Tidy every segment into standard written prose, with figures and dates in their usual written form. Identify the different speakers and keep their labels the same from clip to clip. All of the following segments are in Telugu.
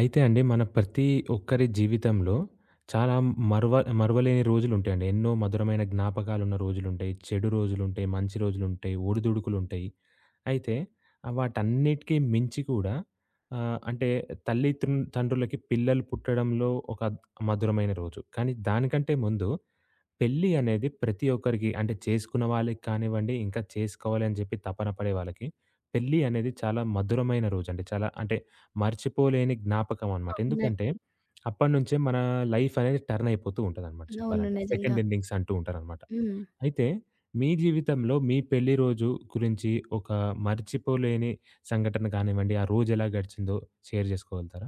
Speaker 1: అయితే అండి మన ప్రతి ఒక్కరి జీవితంలో చాలా మరువ మరువలేని రోజులుంటాయండి. ఎన్నో మధురమైన జ్ఞాపకాలున్న రోజులుంటాయి. చెడు రోజులుంటాయి, మంచి రోజులుంటాయి, ఒడిదుడుకులుంటాయి. అయితే వాటన్నిటికి మించి కూడా అంటే తల్లి తండ్రులకి పిల్లలు పుట్టడంలో ఒక మధురమైన రోజు. కానీ దానికంటే ముందు పెళ్లి అనేది ప్రతి ఒక్కరికి అంటే చేసుకున్న వాళ్ళకి కానివ్వండి, ఇంకా చేసుకోవాలి అని చెప్పి తపన పడే వాళ్ళకి, పెళ్లి అనేది చాలా మధురమైన రోజండి. చాలా అంటే మర్చిపోలేని జ్ఞాపకం అనమాట. ఎందుకంటే
Speaker 2: అవునండి.
Speaker 1: అప్పటినుంచే మన లైఫ్ అనేది టర్న్ అయిపోతూ ఉంటదనమాట
Speaker 2: అవును.
Speaker 1: చెప్పాలంటే. సెకండ్
Speaker 2: నిజంగా.
Speaker 1: ఎండింగ్స్ అంటూ ఉంటారనమాట.
Speaker 2: హ్మ్.
Speaker 1: అయితే మీ జీవితంలో మీ పెళ్లి రోజు గురించి ఒక మర్చిపోలేని సంఘటన కానివ్వండి, ఆ రోజు ఎలా గడిచిందో షేర్ చేసుకోగలుగుతారా?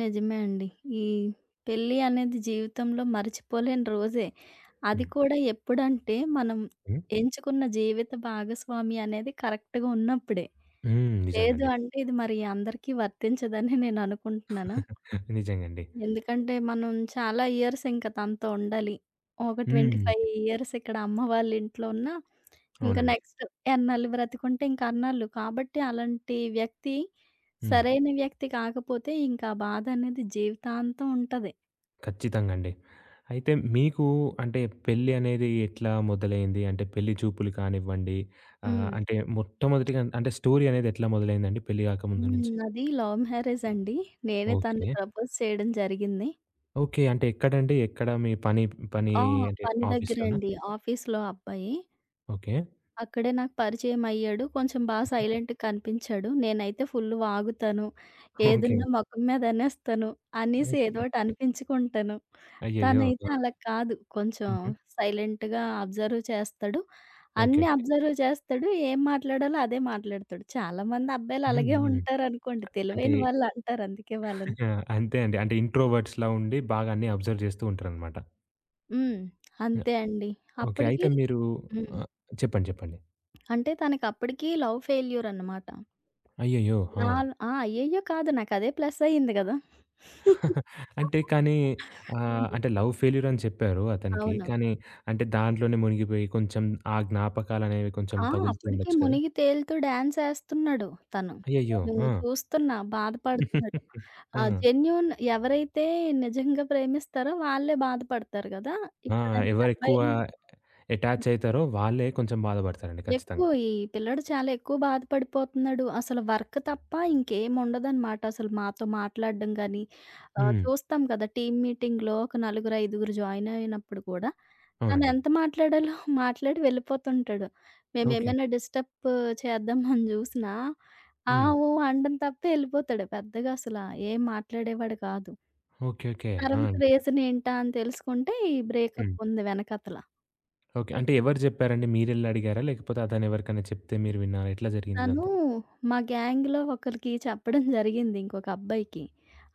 Speaker 2: నిజమే అండి. ఈ పెళ్లి అనేది జీవితంలో మర్చిపోలేని రోజే. అది
Speaker 1: హ్మ్.
Speaker 2: కూడా ఎప్పుడంటే, మనం
Speaker 1: హ్మ్.
Speaker 2: ఎంచుకున్న జీవిత భాగస్వామి అనేది కరెక్ట్‌గా ఉన్నప్పుడే.
Speaker 1: హ్మ్.
Speaker 2: లేదు
Speaker 1: నిజంగండి.
Speaker 2: అంటే, ఇది మరి అందరికీ వర్తించదని నేను అనుకుంటున్నాను.
Speaker 1: నిజంగండి.
Speaker 2: ఎందుకంటే మనం చాలా ఇయర్స్ ఇంక తనతో ఉండాలి. ఒక
Speaker 1: హ్మ్.
Speaker 2: 25 ఇయర్స్ ఇక్కడ అమ్మ వాళ్ళ ఇంట్లో ఉన్నా, ఇంకా
Speaker 1: అవునండి.
Speaker 2: నెక్స్ట్ ఎన్నాళ్ళు బ్రతికుంటే ఇంక అన్నాళ్ళు. కాబట్టి అలాంటి వ్యక్తి
Speaker 1: హ్మ్.
Speaker 2: సరైన వ్యక్తి కాకపోతే ఇంకా ఆ బాధ అనేది జీవితాంతం ఉంటది.
Speaker 1: ఖచ్చితంగా అండి. అయితే మీకు అంటే పెళ్లి అనేది ఎట్లా మొదలైంది? అంటే పెళ్లి చూపులు కానివ్వండి,
Speaker 2: హ్మ్.
Speaker 1: అంటే మొట్టమొదటిగా అంటే స్టోరీ అనేది ఎట్లా మొదలైందండి పెళ్లి గాకముందు
Speaker 2: హ్మ్.
Speaker 1: నుంచి?
Speaker 2: నాది లవ్ మ్యారేజ్ అండి. నేనే
Speaker 1: ఓకే.
Speaker 2: తనని ప్రపోజ్ చేయడం జరిగింది.
Speaker 1: ఓకే. అంటే ఎక్కడండి? ఎక్కడ మీ పని పని
Speaker 2: ఆ!
Speaker 1: అంటే
Speaker 2: పని దగ్గరే
Speaker 1: ఆఫీస్‌లోనా?
Speaker 2: అండి. ఆఫీస్‌లో అబ్బాయి.
Speaker 1: ఓకే.
Speaker 2: అక్కడే నాకు పరిచయం అయ్యాడు. కొంచెం బా సైలెంట్‌గా కనిపించాడు. నేనైతే ఫుల్ వాగుతాను.
Speaker 1: ఓకే.
Speaker 2: ఏదున్నా మొఖం మీద అనేస్తాను. అనేసి ఏదో
Speaker 1: ఓకేకే.
Speaker 2: ఒకటి అనిపించుకుంటాను.
Speaker 1: అయ్యయ్యో!
Speaker 2: తనైతే
Speaker 1: ఆ!
Speaker 2: అలా కాదు. కొంచెం
Speaker 1: హుహు.
Speaker 2: సైలెంట్‌గా అబ్జర్వ్ చేస్తాడు.
Speaker 1: ఓకే.
Speaker 2: అన్నీ
Speaker 1: ఓకే.
Speaker 2: అబ్జర్వ్ చేస్తాడు. ఏం మాట్లాడాలో అదే మాట్లాడతాడు. చాలామంది అబ్బాయిలు
Speaker 1: హ్మ్.
Speaker 2: అలాగే
Speaker 1: హ్మ్.
Speaker 2: ఉంటారనుకోండి.
Speaker 1: అంటే
Speaker 2: తెలివైన వాళ్ళు అంటారు అందుకే వాళ్ళని.
Speaker 1: ఆ, అంతే అండి. అంటే ఇంట్రోవర్ట్స్‌లా ఉండి బాగా అన్నీ అబ్జర్వ్ చేస్తూ ఉంటారనమాట.
Speaker 2: హ్మ్. అంతే అండి.
Speaker 1: ఓకే. అయితే
Speaker 2: అప్పటికి
Speaker 1: మీరు
Speaker 2: హ్మ్.
Speaker 1: ఆహ్, చెప్పండి. చెప్పండి.
Speaker 2: అంటే తనకప్పటికి లవ్ ఫెయిల్యూర్ అన్నమాట.
Speaker 1: అయ్యయ్యో! ఆ!
Speaker 2: నాల్ ఆ! అయ్యయ్యో! కాదు. నాకదే ప్లస్ అయింది గదా!
Speaker 1: అంటే కానీ
Speaker 2: హ్మ్.
Speaker 1: అంటే లవ్ ఫెయిల్యూర్ అని చెప్పారు అతనికి.
Speaker 2: అవును.
Speaker 1: కానీ అంటే దాంట్లోనే మునిగిపోయి కొంచెం ఆ జ్ఞాపకాలనేవి కొంచెం
Speaker 2: ఆ!
Speaker 1: తగులుతూ
Speaker 2: అప్పటికే
Speaker 1: ఉండొచ్చు కదా!
Speaker 2: మునిగి తేలుతూ డాన్స్ ఏస్తున్నాడు తను.
Speaker 1: అయ్యయ్యో!
Speaker 2: నేను
Speaker 1: ఆ!
Speaker 2: చూస్తున్నా బాధపడుతున్నాడు. ఆ!
Speaker 1: ఆ!
Speaker 2: జెన్యూన్ ఎవరైతే నిజంగా ప్రేమిస్తారో వాళ్ళే బాధపడతారు గదా!
Speaker 1: ఆ!
Speaker 2: ఇక్కడ ఈ
Speaker 1: ఎవరెక్కువ
Speaker 2: అబ్బాయిలు
Speaker 1: అటాచ్ అయితారో వాళ్ళే కొంచెం బాధపడతారండి
Speaker 2: ఎక్కువ.
Speaker 1: ఖచ్చితంగా.
Speaker 2: ఈ పిల్లాడు చాలా ఎక్కువ బాధపడిపోతున్నాడు. అసలు వర్క్ తప్ప ఇంకేముండదనమాట. అసలు మాతో మాట్లాడడం గానీ, ఆహ్,
Speaker 1: హ్మ్.
Speaker 2: చూస్తాం కదా! టీమ్ మీటింగ్‌లో ఒక నలుగురు, ఐదుగురు జాయిన్ అయినప్పుడు కూడా తను
Speaker 1: అవునండి.
Speaker 2: ఎంత మాట్లాడాలో మాట్లాడి వెళ్ళిపోతుంటాడు.
Speaker 1: ఓకే.
Speaker 2: మేమేమైనా డిస్టర్బ్ చేద్దామని జూసినా, ఆ!
Speaker 1: హ్మ్.
Speaker 2: ఓ! అనడం తప్ప ఎళ్ళిపోతాడు. పెద్దగా అసల ఏం మాట్లాడేవాడు కాదు.
Speaker 1: ఓకే. ఓకే. ఆ!
Speaker 2: తర్వాత
Speaker 1: అండి.
Speaker 2: రీజన్ ఏంటా అని తెలుసుకుంటే ఈ బ్రేకప్
Speaker 1: హ్మ్.
Speaker 2: ఉంది వెనకాతల.
Speaker 1: ఓకే. అంటే ఎవరు జెప్పారండి? మీరెళ్లి అడిగారా? లేకపోతే అతను ఎవరికైనా చెప్తే మీరు విన్నారా? ఎట్లా జరిగింది
Speaker 2: తను
Speaker 1: ఇదంతా?
Speaker 2: మా గ్యాంగ్‌లో ఒకళ్ళకి చెప్పడం జరిగింది ఇంకొక అబ్బాయికి.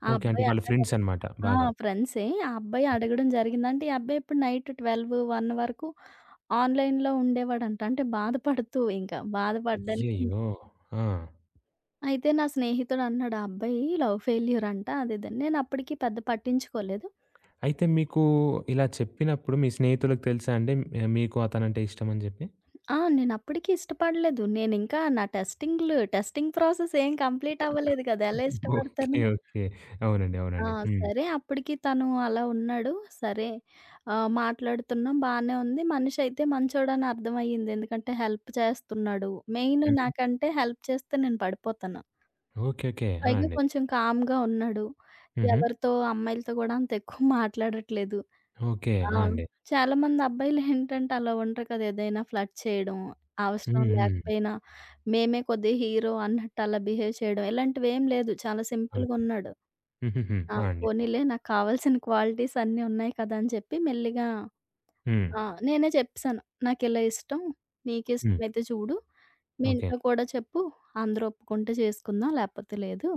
Speaker 2: ఆ ఫ్రెండ్స్.
Speaker 1: ఓకే. అంటే
Speaker 2: అబ్బాయి
Speaker 1: వాళ్ళ
Speaker 2: అన్నాడనమాట.
Speaker 1: ఫ్రెండ్స్ అన్నమాట
Speaker 2: ఆ!
Speaker 1: బాగా.
Speaker 2: ఫ్రెండ్సే. ఆ అబ్బాయి అడగడం జరిగింది. అంటే ఈ అబ్బాయి ఇప్పుడు నైట్ 12, 1 వరకు ఆన్‌లైన్‌లో ఉండేవాడంట. అంటే బాధపడుతూ ఇంకా ఓకే. బాధపడడానికి ఇంక
Speaker 1: అయ్యయ్యో! ఆ!
Speaker 2: అయితే నా స్నేహితుడు అన్నాడు, "ఆ అబ్బాయి లవ్ ఫెయిల్యూర్ అంట" అది ఇదని. నేను అప్పటికి పెద్ద పట్టించుకోలేదు.
Speaker 1: అయితే మీకు ఇలా చెప్పినప్పుడు మీ స్నేహితులకు తెలుసా అండి? మీకు అతనంటే ఇష్టమని జెప్పి?
Speaker 2: ఆ! నేను అప్పటికి ఇష్టపడలేదు. నేనింకా నా టెస్టింగ్ ప్రాసెస్ ఏం కంప్లీట్ అవ్వలేదు కదా! ఎలా ఇష్టపడతాను?
Speaker 1: ఓకే. ఓకే. అవునండి.
Speaker 2: ఆ!
Speaker 1: అవునండి. హ్మ్.
Speaker 2: సరే అప్పటికి తను అలా ఉన్నాడు. సరే ఆహ్, మాట్లాడుతున్నాం బానే ఉంది. మనిషైతే మంచోడని అర్థమయ్యింది. ఎందుకంటే హెల్ప్ చేస్తున్నాడు. మెయిన్
Speaker 1: హుహు.
Speaker 2: నాకంటే హెల్ప్ చేస్తే నేను పడిపోతాను.
Speaker 1: ఓకే. ఓకే. ఆ!
Speaker 2: పైగా
Speaker 1: అండి.
Speaker 2: కొంచెం కామ్‌గా ఉన్నాడు.
Speaker 1: హుహు.
Speaker 2: ఎవరితో అమ్మాయిలతో గూడా అంత ఎక్కువ మాట్లాడట్లేదు.
Speaker 1: ఓకే.
Speaker 2: ఆ!
Speaker 1: ఆ! అండి.
Speaker 2: చాలామంది అబ్బాయిలేంటంటే అలా ఉండరు కదా! ఏదైనా ఫ్లర్ట్ చేయడం, అవసరం
Speaker 1: హ్మ్. హ్మ్.
Speaker 2: లేకపోయినా మేమే కొద్దిగా హీరో అన్నట్టు అలా బిహేవ్ చేయడం ఇలాంటివేం లేదు. చాలా
Speaker 1: అవునండి.
Speaker 2: సింపుల్‌గున్నాడు.
Speaker 1: హుహుహు.
Speaker 2: ఆ!
Speaker 1: ఆ! అండి.
Speaker 2: పోనీలే నాకు కావాల్సిన క్వాలిటీస్ అన్నీ ఉన్నాయి కదా! అని చెప్పి మెల్లిగా
Speaker 1: హ్మ్.
Speaker 2: ఆ! నేనే చెప్పేసాను. నాకిలా ఇష్టం.
Speaker 1: హ్మ్.
Speaker 2: నీకిష్టమైతే చూడు. మీ
Speaker 1: ఓకే.
Speaker 2: ఇంట్లో కూడా చెప్పు. అందరూ ఒప్పుకుంటే చేసుకుందాం. లేకపోతే లేదు.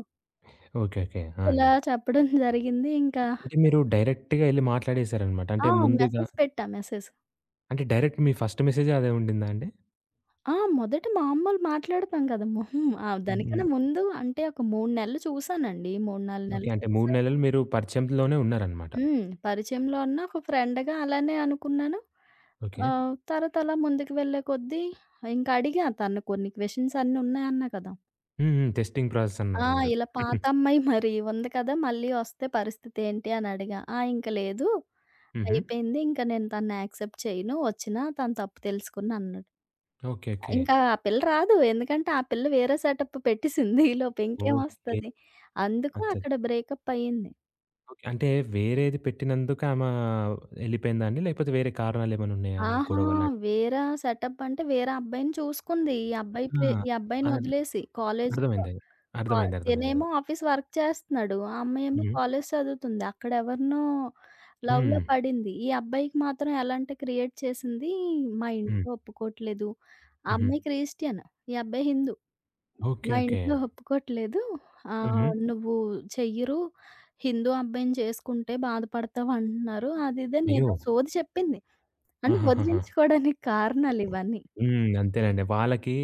Speaker 1: ఓకే. ఓకే. ఆ!
Speaker 2: ఇలా
Speaker 1: అండి.
Speaker 2: చెప్పడం జరిగింది. ఇంకా
Speaker 1: అంటే మీరు డైరెక్ట్‌గా ఎళ్లి మాట్లాడేసారనమాట. అంటే
Speaker 2: ఆ!
Speaker 1: ముందుగా
Speaker 2: మెసేజ్ పెట్టా మెసేజ్.
Speaker 1: అంటే డైరెక్ట్ మీ ఫస్ట్ మెసేజే అదే ఉండిందా అండి?
Speaker 2: ఆ! మొదట మామూలు మాట్లాడతాం కదా! మొహం ఆ!
Speaker 1: హ్మ్. హ్మ్.
Speaker 2: దానికన్నా ముందు అంటే ఒక 3 నెలలు చూసానండి. 3, 4
Speaker 1: ఓకే.
Speaker 2: నెలలు
Speaker 1: అంటే 3
Speaker 2: చూసా.
Speaker 1: నెలలు మీరు పరిచయంలోనే ఉన్నారనమాట.
Speaker 2: హ్మ్. పరిచయంలో ఉన్న ఒక ఫ్రెండ్‌గా అలానే అనుకున్నాను.
Speaker 1: ఓకే.
Speaker 2: ఆ! తర్వాత అలా ముందుకు వెళ్ళే కొద్దీ ఇంక అడిగా తను కొన్ని క్వెషన్స్ అన్నీ ఉన్నాయన్నా కదా!
Speaker 1: హ్మ్. హ్మ్. టెస్టింగ్ ప్రాసెస్
Speaker 2: ఆ!
Speaker 1: అన్నారు మీరు.
Speaker 2: ఇలా పాత
Speaker 1: హుహు.
Speaker 2: అమ్మాయి మరి ఉంది కదా! మళ్ళీ వస్తే పరిస్థితి ఏంటి అని అడిగా. "ఆ! ఇంక లేదు.
Speaker 1: హుహు.
Speaker 2: అయిపోయింది. ఇంక నేను తనని యాక్సెప్ట్ చేయను. వచ్చినా తన తప్పు తెలుసుకుని" అన్నాడు.
Speaker 1: ఓకే. ఓకే.
Speaker 2: ఇంకా ఆ పిల్ల రాదు. ఎందుకంటే ఆ పిల్ల వేరే సెటప్ పెట్టేసింది. ఈలోపు
Speaker 1: ఓకే.
Speaker 2: ఇంకేమొస్తది. అందుకు
Speaker 1: అచ్చచ్చ!
Speaker 2: అక్కడ బ్రేకప్ అయింది.
Speaker 1: ఓకే. అంటే వేరేది పెట్టినందుకు ఆమ ఎళ్ళిపోయిందా అండి? లేకపోతే వేరే కారణాలేమైనా ఉన్నాయా?
Speaker 2: ఆహా!
Speaker 1: గొడవ లాంటి
Speaker 2: వేరా సెటప్ అంటే వేరే అబ్బాయిని చూసుకుంది. ఈ అబ్బాయి
Speaker 1: ఆ!
Speaker 2: ప్లే ఈ అబ్బాయిని
Speaker 1: అన్
Speaker 2: వదిలేసి కాలేజీలో
Speaker 1: అర్థమైందండి.
Speaker 2: కా
Speaker 1: అర్థమైంది. అర్థమైంది. అర్థమైంది.
Speaker 2: తినేమో ఆఫీస్ వర్క్ చేస్తున్నాడు. ఆ అమ్మాయేమో
Speaker 1: హుహు.
Speaker 2: కాలేజ్ చదువుతుంది. అక్కడ ఎవరినో
Speaker 1: హ్మ్.
Speaker 2: లవ్‌లో పడింది. ఈ అబ్బాయికి మాత్రం ఎలాంటి క్రియేట్ చేసింది, మా
Speaker 1: హ్మ్.
Speaker 2: ఇంట్లో ఒప్పుకోట్లేదు. ఆ
Speaker 1: హుహు.
Speaker 2: అమ్మాయి క్రిస్టియన్, ఈ అబ్బాయి హిందూ.
Speaker 1: ఓకే.
Speaker 2: మా
Speaker 1: ఓకే.
Speaker 2: ఇంట్లో ఒప్పుకోట్లేదు.
Speaker 1: హుహు.
Speaker 2: ఆహ్, నువ్వు చెయ్యరు. హిందూ అబ్బాయిని చేసుకుంటే బాధపడతావు అంటున్నారు. అది ఇదని
Speaker 1: అయ్యో!
Speaker 2: ఏదో సోది చెప్పింది. అంటే
Speaker 1: ఆహాహాహా!
Speaker 2: వదిలించుకోవడానికి కారణాలివన్నీ.
Speaker 1: హ్మ్. అంతేనండి. వాళ్ళకి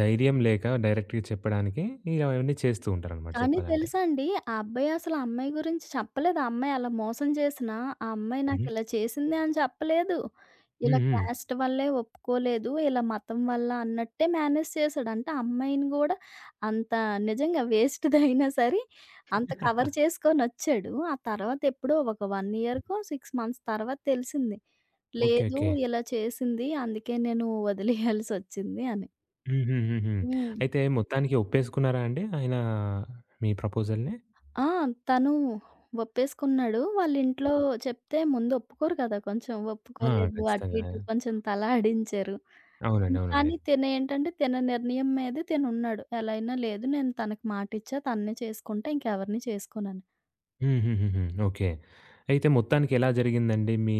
Speaker 1: ధైర్యం లేక డైరెక్ట్‌గా చెప్పడానికి ఇగ అవన్నీ చేస్తూ ఉంటారనమాట
Speaker 2: కానీ
Speaker 1: చెప్పాలంటే.
Speaker 2: తెలుసా అండి, ఆ అబ్బాయి అసలు ఆ అమ్మాయి గురించి చెప్పలేదు. ఆ అమ్మాయి అలా మోసం చేసినా, ఆ అమ్మాయి
Speaker 1: హుహు.
Speaker 2: నాకిలా చేసింది అని చెప్పలేదు. ఇలా
Speaker 1: హ్మ్. హ్మ్.
Speaker 2: క్యాస్ట్ వల్లే ఒప్పుకోలేదు, ఇలా మతం వల్ల అన్నట్టే మేనేజ్ చేశాడు. అంటే ఆ అమ్మాయిని గూడా అంత నిజంగా వేస్ట్‌దయినా సరే, అంత కవర్ చేసుకొనొచ్చాడు. ఆ తర్వాత ఎప్పుడో ఒక 1 ఇయర్‌కో, 6 మంత్స్ తర్వాత తెలిసింది.
Speaker 1: ఓకే.
Speaker 2: లేదు
Speaker 1: ఓకే.
Speaker 2: ఇలా చేసింది, అందుకే నేను వదిలేయాల్సొచ్చింది అని.
Speaker 1: హుహుహుహు.
Speaker 2: హ్మ్.
Speaker 1: అయితే మొత్తానికి ఒప్పేసుకున్నారా అండి ఆయన మీ ప్రపోజల్‌ని?
Speaker 2: ఆ! తను ఒప్పేసుకున్నాడు. వాళ్ళింట్లో చెప్తే ముందు ఒప్పుకోరు కదా! కొంచెం
Speaker 1: ఆ!
Speaker 2: ఒప్పుకోలేదు. అటు
Speaker 1: ఖచ్చితంగా.
Speaker 2: ఇటు కొంచెం తల ఆడించారు.
Speaker 1: అవునండి.
Speaker 2: హ్మ్.
Speaker 1: అవునండి.
Speaker 2: కానీ తినేంటంటే తిన నిర్ణయం మీదే తినున్నాడు. ఎలా అయినా లేదు నేను తనకి మాటిచ్చా తన్నే చేసుకుంటా ఇంకెవరిని చేసుకోనని.
Speaker 1: హుహుహుహు. ఓకే. అయితే మొత్తానికి ఎలా జరిగిందండి? మీ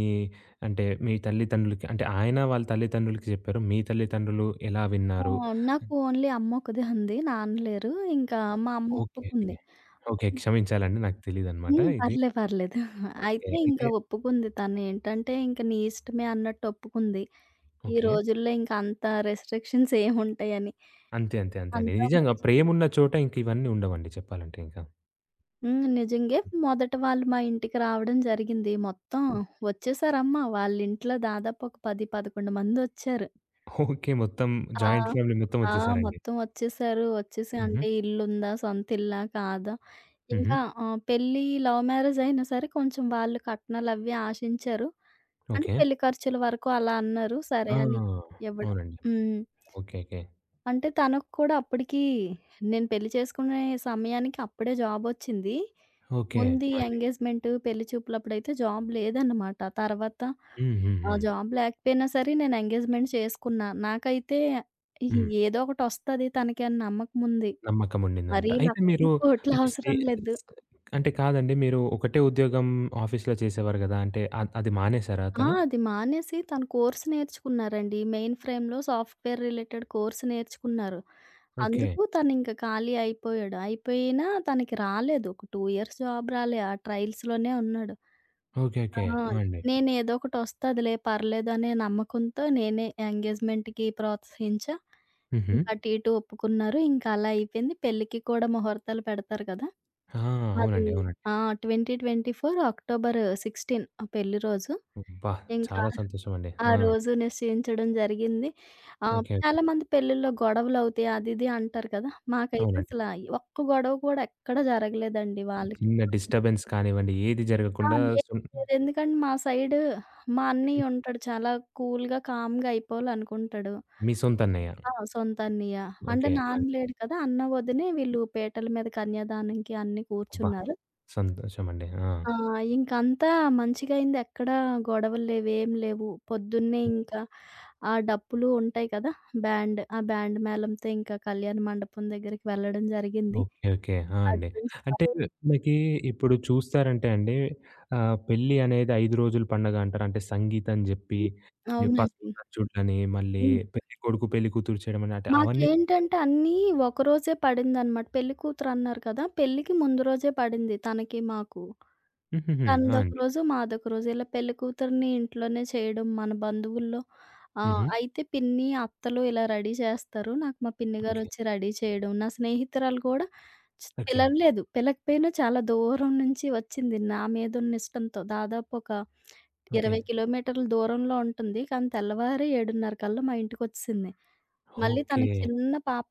Speaker 1: అంటే మీ తల్లిదండ్రులకి అంటే ఆయన వాళ్ళ తల్లిదండ్రులకి చెప్పారు. మీ తల్లిదండ్రులు ఎలా
Speaker 2: ఆ!
Speaker 1: విన్నారు?
Speaker 2: నాకు ఓన్లీ అమ్మొకదే ఉంది. నాన్న లేరు. ఇంకా మా అమ్మ
Speaker 1: ఓకే. ఓకే.
Speaker 2: ఒప్పుకుంది.
Speaker 1: ఓకే.
Speaker 2: అప్పటికి
Speaker 1: క్షమించాలండి. నాకు తెలీదనమాట
Speaker 2: హ్మ్.
Speaker 1: ఇది.
Speaker 2: పర్లేదు.
Speaker 1: ఓకే.
Speaker 2: అయితే ఇంక
Speaker 1: అయితే
Speaker 2: ఒప్పుకుంది తనేంటంటే ఇంక నీ ఇష్టమే అన్నట్టు ఒప్పుకుంది. ఈ
Speaker 1: ఓకే.
Speaker 2: రోజుల్లో ఇంక అంత రెస్ట్రిక్షన్స్ ఏముంటాయని.
Speaker 1: అంతే. అంతే. అంతే అండి.
Speaker 2: అంతా
Speaker 1: నిజంగా
Speaker 2: మంచి
Speaker 1: ప్రేమున్న చోట ఇంక ఇవన్నీ ఉండవండి చెప్పాలంటే ఇంకా.
Speaker 2: హ్మ్. నిజంగే. మొదట వాళ్ళు మా ఇంటికి రావడం జరిగింది. మొత్తం వచ్చేసారమ్మా వాళ్ళింట్లో దాదాపు ఒక 10, 11 మందొచ్చారు.
Speaker 1: ఓకే. మొత్తం
Speaker 2: ఆ!
Speaker 1: జాయింట్ ఫ్యామిలీ మొత్తం
Speaker 2: ఆ!
Speaker 1: వచ్చేసారండి.
Speaker 2: మొత్తం వచ్చేసారు. వచ్చేసి
Speaker 1: హుహు.
Speaker 2: అంటే ఇల్లుందా? సొంత ఇల్లా? కాదా?
Speaker 1: హుహు.
Speaker 2: ఇంకా ఆహ్, పెళ్లి లవ్ మ్యారేజ్ అయినా సరే కొంచెం వాళ్ళు కట్నాలవి ఆశించారు. అంటే
Speaker 1: ఓకే.
Speaker 2: పెళ్లి ఖర్చుల వరకు అలా అన్నారు. సరే
Speaker 1: ఆ!
Speaker 2: అని ఇవ్వడం.
Speaker 1: అవునండి.
Speaker 2: హ్మ్.
Speaker 1: ఓకే. ఓకే.
Speaker 2: అంటే తనకు కూడా అప్పటికి నేను పెళ్లి చేసుకునే సమయానికి అప్పుడే జాబొచ్చింది.
Speaker 1: ఓకే.
Speaker 2: ముందు ఈ
Speaker 1: ఆ! అండి.
Speaker 2: ఎంగేజ్‌మెంట్, పెళ్లి చూపులప్పుడైతే జాబ్ లేదన్నమాట. తర్వాత
Speaker 1: హ్మ్. హ్మ్.
Speaker 2: ఆ
Speaker 1: హ్మ్.
Speaker 2: జాబ్ లేకపోయినా సరే నేను ఎంగేజ్‌మెంట్ చేసుకున్నా. నాకైతే
Speaker 1: హ్మ్.
Speaker 2: ఏదో ఒకటొస్తది తనకి అని నమ్మకముంది.
Speaker 1: నమ్మకం ఉండిందనమాట.
Speaker 2: మరీ
Speaker 1: అయితే మీరు
Speaker 2: లక్షలు, కోట్లు
Speaker 1: అంటే సే
Speaker 2: అవసరం లేదు.
Speaker 1: స్ అంటే కాదండి మీరు ఒకటే ఉద్యోగం ఆఫీస్‌లో చేసేవారు గదా! అంటే అది మానేసారా
Speaker 2: ఆ!
Speaker 1: అతను?
Speaker 2: అది మానేసి తను కోర్స్ నేర్చుకున్నారండి. మెయిన్ ఫ్రేమ్‌లో సాఫ్ట్‌వేర్ రిలేటెడ్ కోర్స్ నేర్చుకున్నారు.
Speaker 1: ఓకే.
Speaker 2: అందుకు తనింక ఖాళీ అయిపోయాడు. అయిపోయినా తనకి రాలేదు. ఒక 2 ఇయర్స్ జాబ్ రాలే. ఆ ట్రయల్స్‌లోనే ఉన్నాడు.
Speaker 1: ఓకే.
Speaker 2: ఆ!
Speaker 1: ఓకే. ఆ! అండి.
Speaker 2: నేనేదో ఒకటొస్తదిలే పర్లేదనే నమ్మకంతో నేనే ఎంగేజ్‌మెంట్‌కి ప్రోత్సహించా.
Speaker 1: హుహు.
Speaker 2: ఇంకా అటు ఇటు ఒప్పుకున్నారు. ఇంకా అలా అయిపోయింది. పెళ్ళికి కూడా ముహూర్తాలు పెడతారు కదా!
Speaker 1: ఆ!
Speaker 2: మాది
Speaker 1: అవునండి. అవునండి.
Speaker 2: ఆ! 2024 అక్టోబర్ 16 పెళ్లి రోజు.
Speaker 1: అబ్బా!
Speaker 2: ఇంకా
Speaker 1: చాలా సంతోషం అండి.
Speaker 2: ఆ
Speaker 1: ఆ!
Speaker 2: రోజు నిశ్చయించడం జరిగింది. హ్మ్. ఆహ్,
Speaker 1: ఓకే. ఓకే.
Speaker 2: చాలామంది పెళ్ళిల్లో గొడవలవుతాయి అది ఇది అంటారు కదా! మాకైతే
Speaker 1: అవునండి.
Speaker 2: అసల ఒక్క గొడవ కూడా ఎక్కడ జరగలేదండి వాళ్ళకి.
Speaker 1: చిన్న డిస్టర్బెన్స్ కానివ్వండి ఏది
Speaker 2: ఆ!
Speaker 1: జరగకుండా
Speaker 2: ఏం
Speaker 1: సున్
Speaker 2: లేదు. ఎందుకంటే మా సైడు మా అన్నయ్య ఉంటాడు. చాలా కూల్‌గా, కామ్‌గా అయిపోవాలనుకుంటాడు.
Speaker 1: మీ సొంత అన్నయ్య.
Speaker 2: ఆ! సొంత అన్నయ్య. అంటే
Speaker 1: ఓకే. ఆ!
Speaker 2: నాన్న
Speaker 1: అండి.
Speaker 2: లేడు కదా! అన్న, వదినే వీళ్ళు పీటల మీద కన్యాదానంకి అన్ని
Speaker 1: అబ్బా!
Speaker 2: కూర్చున్నారు.
Speaker 1: సంతోషం అండి. ఆ!
Speaker 2: ఆ! ఇంకంతా మంచిగయింది. ఎక్కడా గొడవలు లేవు, ఏం లేవు. పొద్దున్నే ఇంకా ఆ డప్పులు ఉంటాయి కదా! బ్యాండ్. ఆ బ్యాండ్ మేళంతో ఇంకా కళ్యాణ మండపం దగ్గరికి వెళ్ళడం జరిగింది.
Speaker 1: ఓకే. ఓకే. ఆ! అండి.
Speaker 2: అటునుంచి
Speaker 1: అంటే మనకి ఇప్పుడు చూస్తారంటే అండి, పెళ్లి అనేది 5 రోజుల పండగ అంటారు. అంటే సంగీతం జెప్పి,
Speaker 2: హ్మ్.
Speaker 1: ఈ పసుపు
Speaker 2: అవునండి.
Speaker 1: ఖర్చుడ్లని, మళ్ళీ
Speaker 2: హ్మ్.
Speaker 1: పెళ్ళికొడుకు, పెళ్ళికూతురు చేయడం అని అంటే అవన్నీ
Speaker 2: మాకేంటంటే అన్నీ ఒకరోజే పడిందనమాట. పెళ్లి కూతురన్నారు కదా! పెళ్ళికి ముందు రోజే పడింది తనకి, మాకు.
Speaker 1: హుహుహు. ఆ!
Speaker 2: తనదొక
Speaker 1: అండి.
Speaker 2: రోజు, మాదొక రోజు. ఇలా పెళ్ళికూతురిని ఇంట్లోనే చేయడం మన బంధువుల్లో ఆహ్,
Speaker 1: హుహు.
Speaker 2: అయితే పిన్ని, అత్తలు ఇలా రెడీ చేస్తారు. నాకు మా పిన్ని
Speaker 1: ఓకే.
Speaker 2: గారొచ్చి రెడీ చేయడం. నా స్నేహితురాలు కూడా
Speaker 1: ఓకే.
Speaker 2: పిలవలేదు. పిలకపోయినా చాలా దూరం నుంచి వచ్చింది నా మీదున్న ఇష్టంతో. దాదాపు ఒక
Speaker 1: ఓకే.
Speaker 2: 20 కిలోమీటర్ల దూరంలో ఉంటుంది. కానీ తెల్లవారి 7:30 కల్లా మా ఇంటికొచ్చేసింది. మళ్ళీ
Speaker 1: ఓకే.
Speaker 2: తనకి చిన్న పాప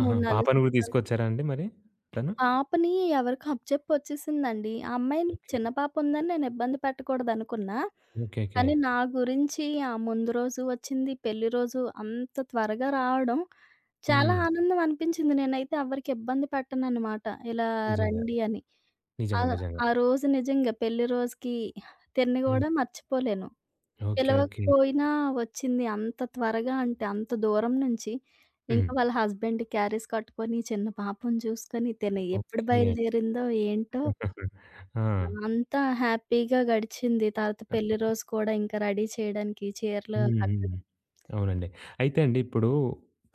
Speaker 1: ఆహా!
Speaker 2: 3, 4
Speaker 1: పాపను గూడా
Speaker 2: సంవత్సరాల
Speaker 1: తీసుకొచ్చారా అండి మరి తను?
Speaker 2: పాపని ఎవరికో అప్పచెప్పొచ్చేసిందండి. ఆ అమ్మాయిని
Speaker 1: ఓకే.
Speaker 2: చిన్న పాప ఉందని నేను ఇబ్బంది పెట్టకూడదనుకున్నా.
Speaker 1: ఓకే. ఓకే.
Speaker 2: కానీ నా గురించి ఆ ముందు రోజు వచ్చింది, పెళ్లి రోజు అంత త్వరగా రావడం చాలా
Speaker 1: హ్మ్.
Speaker 2: హ్మ్. ఆనందం అనిపించింది. నేనైతే ఎవరికీ ఇబ్బంది పెట్టననమాట. ఇలా
Speaker 1: నిజంగా.
Speaker 2: రండి అని. ఆ
Speaker 1: నిజంగా. నిజంగా.
Speaker 2: ఆ రోజు నిజంగా పెళ్లి రోజుకి తిండి
Speaker 1: హ్మ్.
Speaker 2: గూడా మర్చిపోలేను.
Speaker 1: ఓకే. ఓకే.
Speaker 2: పిలవకపోయినా వచ్చింది. అంత త్వరగా అంటే అంత దూరం నుంచి.
Speaker 1: హ్మ్.
Speaker 2: ఇంకా వాళ్ళ హస్బెండ్ క్యారీస్ కట్టుకొని చిన్న పాపను చూసుకొని తిను ఎప్పుడు
Speaker 1: ఓకే.
Speaker 2: బయలుదేరిందో ఏంటో
Speaker 1: ఆ!
Speaker 2: అంతా హ్యాపీగా గడిచింది. తర్వాత పెళ్లి రోజు కూడా ఇంకా రెడీ చేయడానికి చీరలు
Speaker 1: హ్మ్. హ్మ్.
Speaker 2: కట్టడం.
Speaker 1: అవునండి. అయితే అండి ఇప్పుడు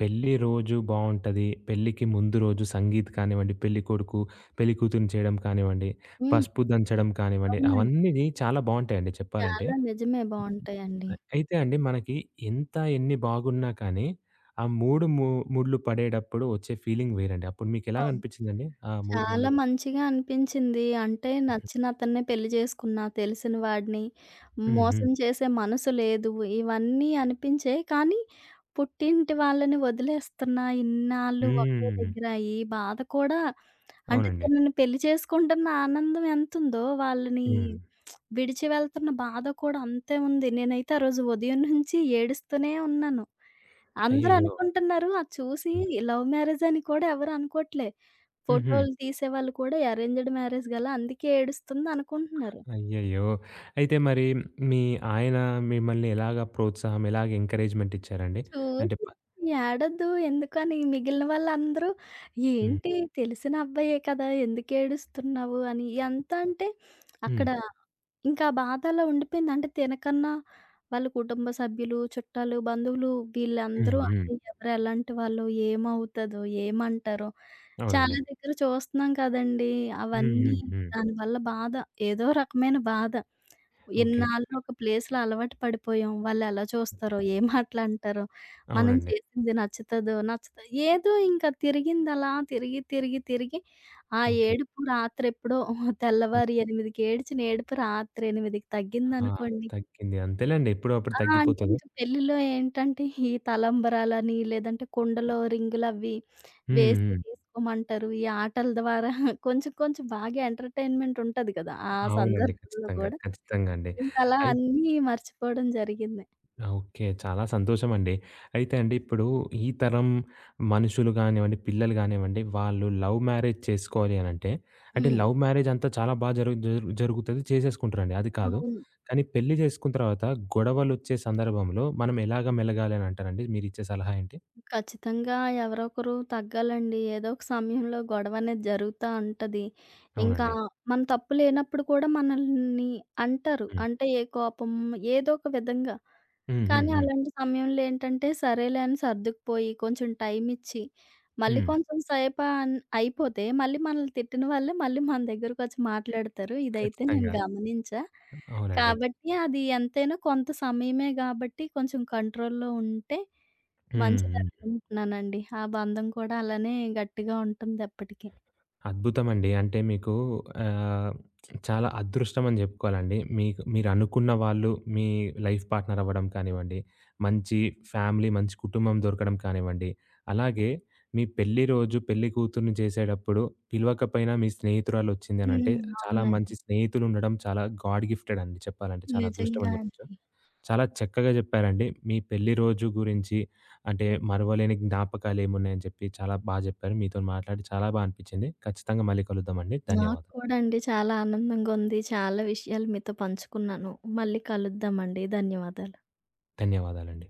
Speaker 1: పెళ్లి రోజు బావుంటది. పెళ్ళికి ముందు రోజు సంగీత్ కానివ్వండి, పెళ్ళికొడుకు, పెళ్ళికూతురిని చేయడం కానివ్వండి,
Speaker 2: హ్మ్.
Speaker 1: పసుపు దంచడం కానివ్వండి,
Speaker 2: అవునండి.
Speaker 1: అవన్నీ చాలా బావుంటాయండి చెప్పాలంటే.
Speaker 2: చాలా నిజమే బావుంటాయండి.
Speaker 1: అ అయితే అండి మనకి ఎంత ఎన్ని బాగున్నా కానీ ఆ మూడు ముళ్ళు పడేటప్పుడు వచ్చే ఫీలింగ్ వేరండి. అప్పుడు మీకెలాగ
Speaker 2: అవును.
Speaker 1: అనిపిచ్చిందండి? ఆ మూడు ముళ్ళు
Speaker 2: చాలా మంచిగా అనిపించింది. అంటే నచ్చిన అతన్నే పెళ్లి చేసుకున్నా, తెలిసిన వాడిని. హ్మ్.
Speaker 1: హ్మ్. హ్మ్.
Speaker 2: మోసం చేసే మనసు లేదు. ఇవన్నీ అనిపించాయి. కానీ పుట్టింటి వాళ్ళని వదిలేస్తున్నా, ఇన్నాళ్ళు ఒకే
Speaker 1: హ్మ్.
Speaker 2: దగ్గర ఈ బాధ కూడా అంటే
Speaker 1: అవునండి.
Speaker 2: తనని పెళ్లి చేసుకుంటున్న ఆనందం ఎంతుందో, వాళ్ళని
Speaker 1: హ్మ్.
Speaker 2: విడిచి వెళ్తున్న బాధ కూడా అంతే ఉంది. నేనైతే ఆ రోజు ఉదయం నుంచి ఏడుస్తూనే ఉన్నాను. అందరూ
Speaker 1: అయ్యయ్యో!
Speaker 2: అనుకుంటున్నారు అది చూసి
Speaker 1: హ్మ్.
Speaker 2: లవ్ మ్యారేజ్ అని కూడా ఎవరు అనుకోట్లే.
Speaker 1: హుహు.
Speaker 2: ఫోటోలు తీసేవాళ్ళు కూడా అరేంజ్డ్ మ్యారేజ్ గల అందుకే ఏడుస్తుందనుకుంటున్నారు.
Speaker 1: అయ్యయ్యో! అయితే మరి మీ ఆయన మిమ్మల్ని ఎలాగా ప్రోత్సాహం, ఎలాగ ఎంకరేజ్‌మెంట్ ఇచ్చారండి? అంటే
Speaker 2: చూసి
Speaker 1: ప
Speaker 2: ఏడొద్దు ఎందుకని మిగిలిన వాళ్ళందరూ
Speaker 1: హ్మ్.
Speaker 2: ఏంటి తెలిసిన అబ్బాయే కదా! ఎందుకేడుస్తున్నావు అని. ఎంత అంటే
Speaker 1: హ్మ్.
Speaker 2: అక్కడ ఇంకా ఆ బాధ అలా ఉండిపోయింది. అంటే తినకన్నా వాళ్ళ కుటుంబ సభ్యులు, చుట్టాలు, బంధువులు
Speaker 1: హ్మ్.
Speaker 2: వీళ్ళందరూ
Speaker 1: హ్మ్.
Speaker 2: అంటే ఎవరెలాంటి వాళ్ళు, ఏమవుతదో, ఏమంటారో
Speaker 1: అవునండి.
Speaker 2: చాలా దగ్గర చూస్తున్నాం కదండీ!
Speaker 1: హ్మ్.
Speaker 2: అవన్నీ
Speaker 1: హ్మ్. హ్మ్.
Speaker 2: దానివల్ల బాధ. ఏదో రకమైన బాధ.
Speaker 1: ఓకే.
Speaker 2: ఇన్నాళ్ళు
Speaker 1: ఓకే.
Speaker 2: ఒక ప్లేస్‌లో అలవాటు పడిపోయాం. వాళ్ళెలా చూస్తారో, ఏం మాటలంటారో. మనం
Speaker 1: అవునండి.
Speaker 2: చేసింది నచ్చుతదో, నచ్చదో ఏదో ఇంకా తిరిగిందలా తిరిగి, తిరిగి, తిరిగి ఆ
Speaker 1: ఓకే.
Speaker 2: ఏడుపు రాత్రెప్పుడో
Speaker 1: హ్మ్.
Speaker 2: తెల్లవారి 8కి ఏడ్చిన ఏడుపు రాత్రి 8కి
Speaker 1: ఆ!
Speaker 2: తగ్గిందనుకోండి
Speaker 1: తగ్గింది. అంతేలెండి ఎప్పుడో అప్పుడు
Speaker 2: ఆ! అంటే
Speaker 1: తగ్గిపోతది.
Speaker 2: ఇంక పెళ్ళిలో ఏంటంటే ఈ తలంబరాలని, లేదంటే కుండలో రింగులవి
Speaker 1: హ్మ్.
Speaker 2: వేసి
Speaker 1: హ్మ్.
Speaker 2: తీసుకోమంటారు. ఈ ఆటల ద్వారా కొంచెం, కొంచెం బాగా ఎంటర్‌టైన్‌మెంట్ ఉంటది కదా! ఆ
Speaker 1: అవునండి.
Speaker 2: సందర్భంలో
Speaker 1: ఖచ్చితంగా.
Speaker 2: గూడా
Speaker 1: ఖచ్చితంగా అండి.
Speaker 2: ఇంకలా
Speaker 1: అయి
Speaker 2: అన్నీ మర్చిపోవడం జరిగింది.
Speaker 1: ఓకే. చాలా సంతోషమండి. అయితే అండి ఇప్పుడు ఈ తరం మనుషులు గానివ్వండి, పిల్లలు గానివ్వండి, వాళ్ళు లవ్ మ్యారేజ్ చేసుకోవాలి అనంటే, అంటే అంటే
Speaker 2: హ్మ్.
Speaker 1: లవ్ మ్యారేజ్ అంతా చాలా బా జరు జరు జరుగుతది. చేసేసుకుంటారండి అది కాదు.
Speaker 2: అవును.
Speaker 1: కానీ పెళ్లి చేసుకున్న తర్వాత గొడవలొచ్చే సందర్భంలో మనం ఎలాగా మెలగాలి అని అంటారండి? మీరిచ్చే సలహా ఏంటి?
Speaker 2: ఖచ్చితంగా ఎవరో ఒకరు తగ్గాలండి. ఏదో ఒక సమయంలో గొడవనేది జరుగుతా ఉంటది. ఇంకా
Speaker 1: అవునండి.
Speaker 2: మన తప్పు లేనప్పుడు కూడా మనల్ని అంటారు.
Speaker 1: హ్మ్.
Speaker 2: అంటే ఏ కోపం ఏదో ఒక విధంగా.
Speaker 1: హ్మ్. హ్మ్.
Speaker 2: కానీ
Speaker 1: హ్మ్.
Speaker 2: అలాంటి సమయంలో ఏంటంటే సరేలే అని సర్దుకుపోయి కొంచెం టైం ఇచ్చి, మళ్ళీ
Speaker 1: హ్మ్.
Speaker 2: కొంచెం సేపు అయిపోతే మళ్ళీ మనల్ని తిట్టిన వాళ్ళే మళ్ళీ మన దగ్గరకొచ్చి మాట్లాడతారు. ఇదైతే నేను
Speaker 1: ఖచ్చితంగా.
Speaker 2: గమనించా.
Speaker 1: అవునండి.
Speaker 2: కాబట్టి అది ఎంతైనా కొంత సమయమే గాబట్టి కొంచెం కంట్రోల్‌లో ఉంటే
Speaker 1: హ్మ్. హ్మ్.
Speaker 2: మంచిదనుకుంటున్నానండి. ఆ బంధం కూడా అలానే గట్టిగా ఉంటుంది ఎప్పటికి.
Speaker 1: అద్భుతమండి. అంటే మీకు ఆహ్, చాలా అదృష్టం అని జెప్పుకోవాలండి. మీకు మీరనుకున్న వాళ్ళు మీ లైఫ్ పార్ట్‌నర్ అవ్వడం కానివ్వండి, మంచి ఫ్యామిలీ, మంచి కుటుంబం దొరకడం కానివ్వండి, అలాగే మీ పెళ్లి రోజు పెళ్లి కూతుర్ని చేసేటప్పుడు పిలవకపోయినా మీ స్నేహితురాలొచ్చింది అనంటే
Speaker 2: హ్మ్.
Speaker 1: చాలా
Speaker 2: అవునండి.
Speaker 1: మంచి స్నేహితులుండడం చాలా గాడ్ గిఫ్టెడ్ అండి చెప్పాలంటే. చాలా అదృష్టం
Speaker 2: నిజంగా
Speaker 1: అని జెప్పొచ్చు.
Speaker 2: అండి.
Speaker 1: చాలా చక్కగా చెప్పారండి. మీ పెళ్లి రోజు గురించి అంటే మరవలేని జ్ఞాపకాలేమున్నాయని చెప్పి చాలా బా జెప్పారు. మీతోని మాట్లాడి చాలా బా అనిపిచ్చింది. ఖచ్చితంగా మళ్ళీ కలుద్దామండి.
Speaker 2: నాకు
Speaker 1: ధన్యవాదాలు.
Speaker 2: కూడా అండి చాలా ఆనందంగా ఉంది. చాలా విషయాలు మీతో పంచుకున్నాను. మళ్ళీ కలుద్దామండి. ధన్యవాదాలు.
Speaker 1: ధన్యవాదాలండి.